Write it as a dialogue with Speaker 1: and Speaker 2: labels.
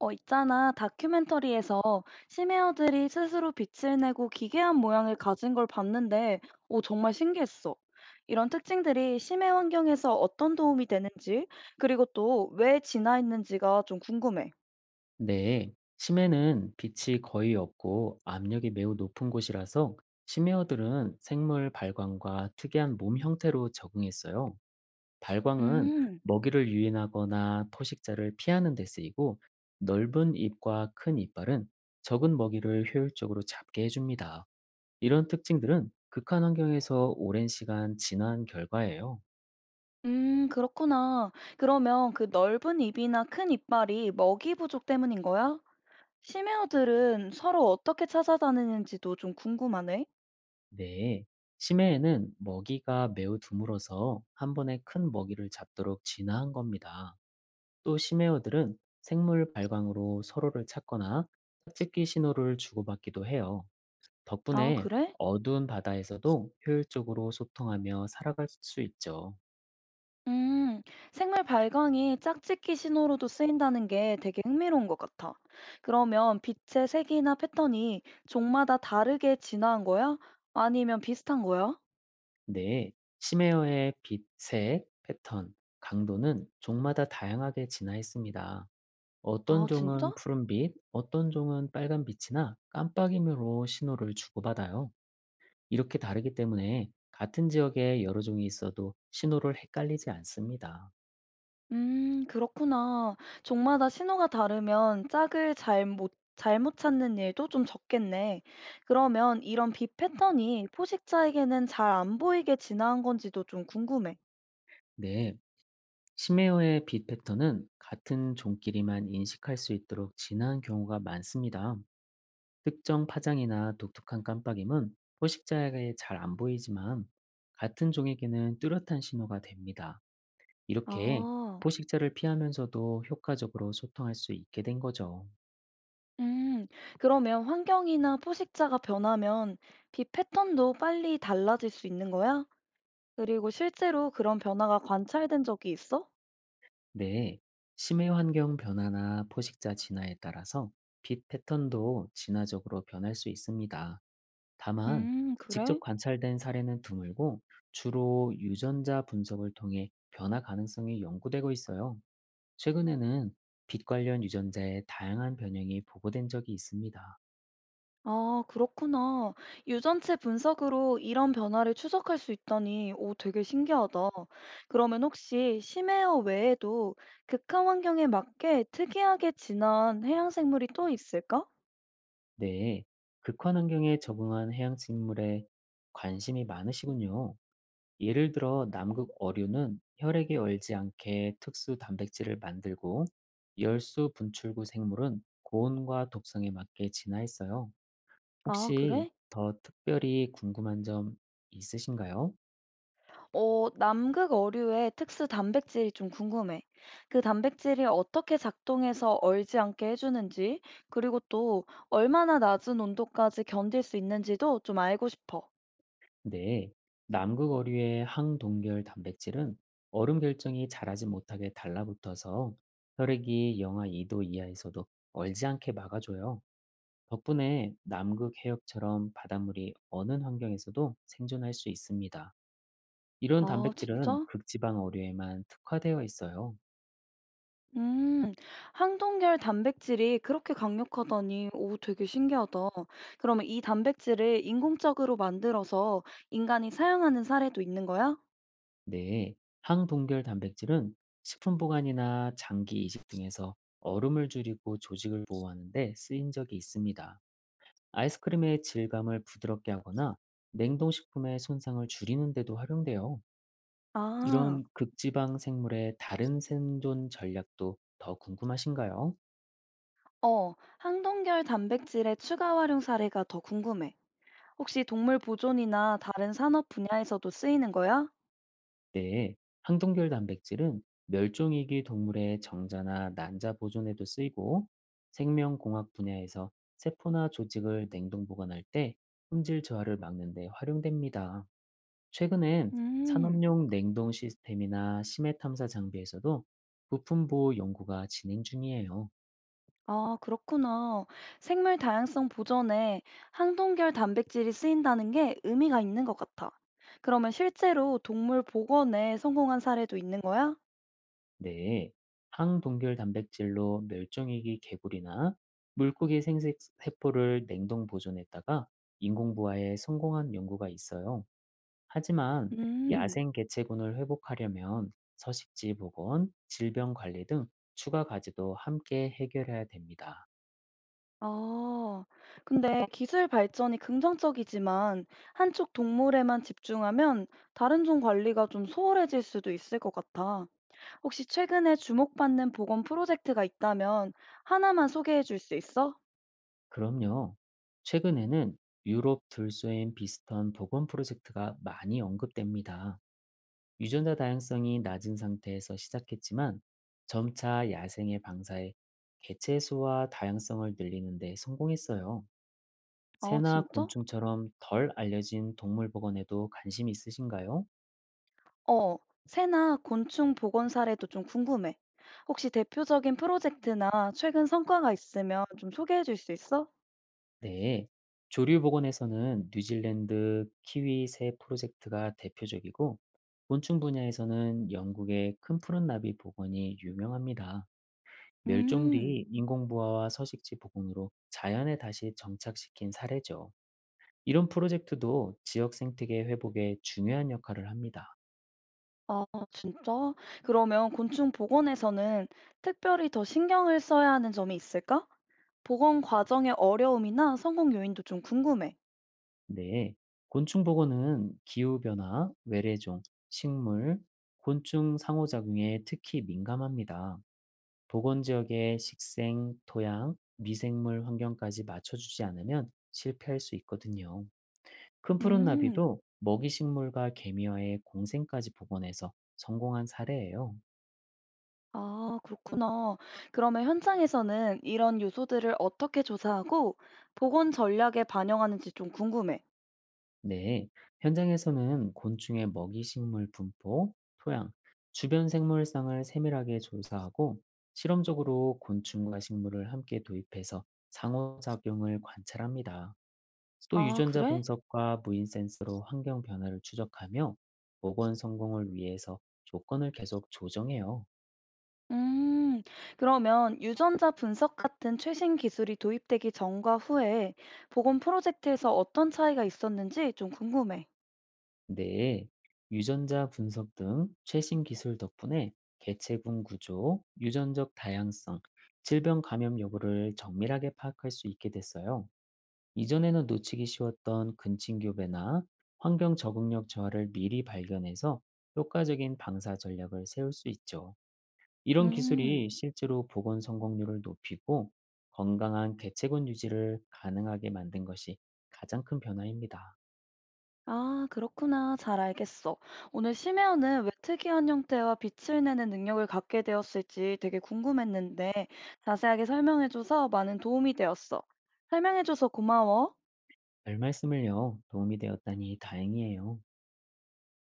Speaker 1: 어, 있잖아. 다큐멘터리에서 심해어들이 스스로 빛을 내고 기괴한 모양을 가진 걸 봤는데, 오, 정말 신기했어. 이런 특징들이 심해 환경에서 어떤 도움이 되는지, 그리고 또 왜 진화했는지가 좀 궁금해.
Speaker 2: 네, 심해는 빛이 거의 없고 압력이 매우 높은 곳이라서 심해어들은 생물 발광과 특이한 몸 형태로 적응했어요. 발광은
Speaker 1: 음,
Speaker 2: 먹이를 유인하거나 포식자를 피하는 데 쓰이고 넓은 입과 큰 이빨은 적은 먹이를 효율적으로 잡게 해줍니다. 이런 특징들은 극한 환경에서 오랜 시간 진화한 결과예요.
Speaker 1: 그렇구나. 그러면 그 넓은 입이나 큰 이빨이 먹이 부족 때문인 거야? 심해어들은 서로 어떻게 찾아다니는지도 좀 궁금하네.
Speaker 2: 네, 심해에는 먹이가 매우 드물어서 한 번에 큰 먹이를 잡도록 진화한 겁니다. 또 심해어들은 생물 발광으로 서로를 찾거나 짝짓기 신호를 주고받기도 해요.
Speaker 1: 아,
Speaker 2: 덕분에
Speaker 1: 그래?
Speaker 2: 어두운 바다에서도 효율적으로 소통하며 살아갈 수 있죠.
Speaker 1: 음, 생물 발광이 짝짓기 신호로도 쓰인다는 게 되게 흥미로운 것 같아. 그러면 빛의 색이나 패턴이 종마다 다르게 진화한 거야? 아니면 비슷한 거야?
Speaker 2: 네, 심해어의 빛, 색, 패턴, 강도는 종마다 다양하게 진화했습니다. 어떤
Speaker 1: 아, 진짜?
Speaker 2: 종은 푸른빛, 어떤 종은 빨간빛이나 깜빡임으로 신호를 주고받아요. 이렇게 다르기 때문에 같은 지역에 여러 종이 있어도 신호를 헷갈리지 않습니다.
Speaker 1: 그렇구나. 종마다 신호가 다르면 짝을 잘못, 잘못 찾는 일도 좀 적겠네. 그러면 이런 빛 패턴이 포식자에게는 잘 안 보이게 진화한 건지도 좀 궁금해.
Speaker 2: 네. 심해어의 빛 패턴은 같은 종끼리만 인식할 수 있도록 진한 경우가 많습니다. 특정 파장이나 독특한 깜빡임은 포식자에게 잘 안 보이지만 같은 종에게는 뚜렷한 신호가 됩니다. 이렇게
Speaker 1: 아.
Speaker 2: 포식자를 피하면서도 효과적으로 소통할 수 있게 된 거죠.
Speaker 1: 음, 그러면 환경이나 포식자가 변하면 빛 패턴도 빨리 달라질 수 있는 거야? 그리고 실제로 그런 변화가 관찰된 적이 있어?
Speaker 2: 네. 심해 환경 변화나 포식자 진화에 따라서 빛 패턴도 진화적으로 변할 수 있습니다. 다만, 직접
Speaker 1: 그래?
Speaker 2: 관찰된 사례는 드물고 주로 유전자 분석을 통해 변화 가능성이 연구되고 있어요. 최근에는 빛 관련 유전자의 다양한 변형이 보고된 적이 있습니다.
Speaker 1: 아, 그렇구나. 유전체 분석으로 이런 변화를 추적할 수 있다니, 오, 되게 신기하다. 그러면 혹시 심해어 외에도 극한 환경에 맞게 특이하게 진한 해양 생물이 또 있을까?
Speaker 2: 네. 극한 환경에 적응한 해양 식물에 관심이 많으시군요. 예를 들어 남극 어류는 혈액에 얼지 않게 특수 단백질을 만들고 열수 분출구 생물은 고온과 독성에 맞게 진화했어요.
Speaker 1: 아,
Speaker 2: 혹시
Speaker 1: 그래?
Speaker 2: 더 특별히 궁금한 점 있으신가요?
Speaker 1: 어, 남극 어류의 특수 단백질이 좀 궁금해. 그 단백질이 어떻게 작동해서 얼지 않게 해주는지, 그리고 또 얼마나 낮은 온도까지 견딜 수 있는지도 좀 알고 싶어.
Speaker 2: 네. 남극 어류의 항동결 단백질은 얼음 결정이 자라지 못하게 달라붙어서 혈액이 영하 2도 이하에서도 얼지 않게 막아줘요. 덕분에 남극 해역처럼 바닷물이 어느 환경에서도 생존할 수 있습니다. 이런
Speaker 1: 아,
Speaker 2: 단백질은
Speaker 1: 진짜?
Speaker 2: 극지방 어류에만 특화되어 있어요.
Speaker 1: 음, 항동결 단백질이 그렇게 강력하다니, 오, 되게 신기하다. 그러면 이 단백질을 인공적으로 만들어서 인간이 사용하는 사례도 있는 거야?
Speaker 2: 네, 항동결 단백질은 식품 보관이나 장기 이식 등에서 얼음을 줄이고 조직을 보호하는데 쓰인 적이 있습니다. 아이스크림의 질감을 부드럽게 하거나 냉동식품의 손상을 줄이는 데도 활용돼요.
Speaker 1: 아,
Speaker 2: 이런 극지방 생물의 다른 생존 전략도 더 궁금하신가요?
Speaker 1: 어, 항동결 단백질의 추가 활용 사례가 더 궁금해. 혹시 동물 보존이나 다른 산업 분야에서도 쓰이는 거야?
Speaker 2: 네, 항동결 단백질은 멸종위기 동물의 정자나 난자 보존에도 쓰이고 생명공학 분야에서 세포나 조직을 냉동 보관할 때 품질 저하를 막는 데 활용됩니다. 최근엔
Speaker 1: 음,
Speaker 2: 산업용 냉동 시스템이나 심해 탐사 장비에서도 부품 보호 연구가 진행 중이에요.
Speaker 1: 아, 그렇구나. 생물 다양성 보전에 항동결 단백질이 쓰인다는 게 의미가 있는 것 같아. 그러면 실제로 동물 복원에 성공한 사례도 있는 거야?
Speaker 2: 네, 항동결 단백질로 멸종위기 개구리나 물고기 생식 세포를 냉동 보존했다가 인공부화에 성공한 연구가 있어요. 하지만
Speaker 1: 음,
Speaker 2: 야생 개체군을 회복하려면 서식지 복원, 질병 관리 등 추가 과제도 함께 해결해야 됩니다.
Speaker 1: 아, 근데 기술 발전이 긍정적이지만 한쪽 동물에만 집중하면 다른 종 관리가 좀 소홀해질 수도 있을 것 같아. 혹시 최근에 주목받는 보건 프로젝트가 있다면 하나만 소개해 줄 수 있어?
Speaker 2: 그럼요. 최근에는 유럽 들소인 비스턴 복원 프로젝트가 많이 언급됩니다. 유전자 다양성이 낮은 상태에서 시작했지만 점차 야생의 방사에 개체 수와 다양성을 늘리는 데 성공했어요.
Speaker 1: 아,
Speaker 2: 새나
Speaker 1: 진짜?
Speaker 2: 곤충처럼 덜 알려진 동물 복원에도 관심 있으신가요?
Speaker 1: 어, 새나 곤충 보건 사례도 좀 궁금해. 혹시 대표적인 프로젝트나 최근 성과가 있으면 좀 소개해 줄 수 있어?
Speaker 2: 네, 조류 복원에서는 뉴질랜드 키위새 프로젝트가 대표적이고, 곤충 분야에서는 영국의 큰 푸른 나비 복원이 유명합니다. 멸종
Speaker 1: 음,
Speaker 2: 뒤 인공부화와 서식지 복원으로 자연에 다시 정착시킨 사례죠. 이런 프로젝트도 지역 생태계 회복에 중요한 역할을 합니다.
Speaker 1: 아, 진짜? 그러면 곤충 보건에서는 특별히 더 신경을 써야 하는 점이 있을까? 보건 과정의 어려움이나 성공 요인도 좀 궁금해.
Speaker 2: 네, 곤충 복원은 기후변화, 외래종, 식물, 곤충 상호작용에 특히 민감합니다. 보건 지역의 식생, 토양, 미생물 환경까지 맞춰주지 않으면 실패할 수 있거든요. 큰 푸른
Speaker 1: 음.
Speaker 2: 나비도 먹이 식물과 개미와의 공생까지 복원해서 성공한 사례예요.
Speaker 1: 아, 그렇구나. 그러면 현장에서는 이런 요소들을 어떻게 조사하고 보건 전략에 반영하는지 좀 궁금해.
Speaker 2: 네, 현장에서는 곤충의 먹이 식물 분포, 토양, 주변 생물상을 세밀하게 조사하고 실험적으로 곤충과 식물을 함께 도입해서 상호작용을 관찰합니다. 또
Speaker 1: 아,
Speaker 2: 유전자
Speaker 1: 그래?
Speaker 2: 분석과 무인 센서로 환경 변화를 추적하며 복원 성공을 위해서 조건을 계속 조정해요.
Speaker 1: 음, 그러면 유전자 분석 같은 최신 기술이 도입되기 전과 후에 보건 프로젝트에서 어떤 차이가 있었는지 좀 궁금해.
Speaker 2: 네, 유전자 분석 등 최신 기술 덕분에 개체군 구조, 유전적 다양성, 질병 감염 여부를 정밀하게 파악할 수 있게 됐어요. 이전에는 놓치기 쉬웠던 근친교배나 환경 적응력 저하를 미리 발견해서 효과적인 방사 전략을 세울 수 있죠. 이런
Speaker 1: 음.
Speaker 2: 기술이 실제로 보건 성공률을 높이고 건강한 개체군 유지를 가능하게 만든 것이 가장 큰 변화입니다.
Speaker 1: 아, 그렇구나. 잘 알겠어. 오늘 심해어는 왜 특이한 형태와 빛을 내는 능력을 갖게 되었을지 되게 궁금했는데 자세하게 설명해줘서 많은 도움이 되었어. 설명해줘서 고마워.
Speaker 2: 별 말씀을요. 도움이 되었다니 다행이에요.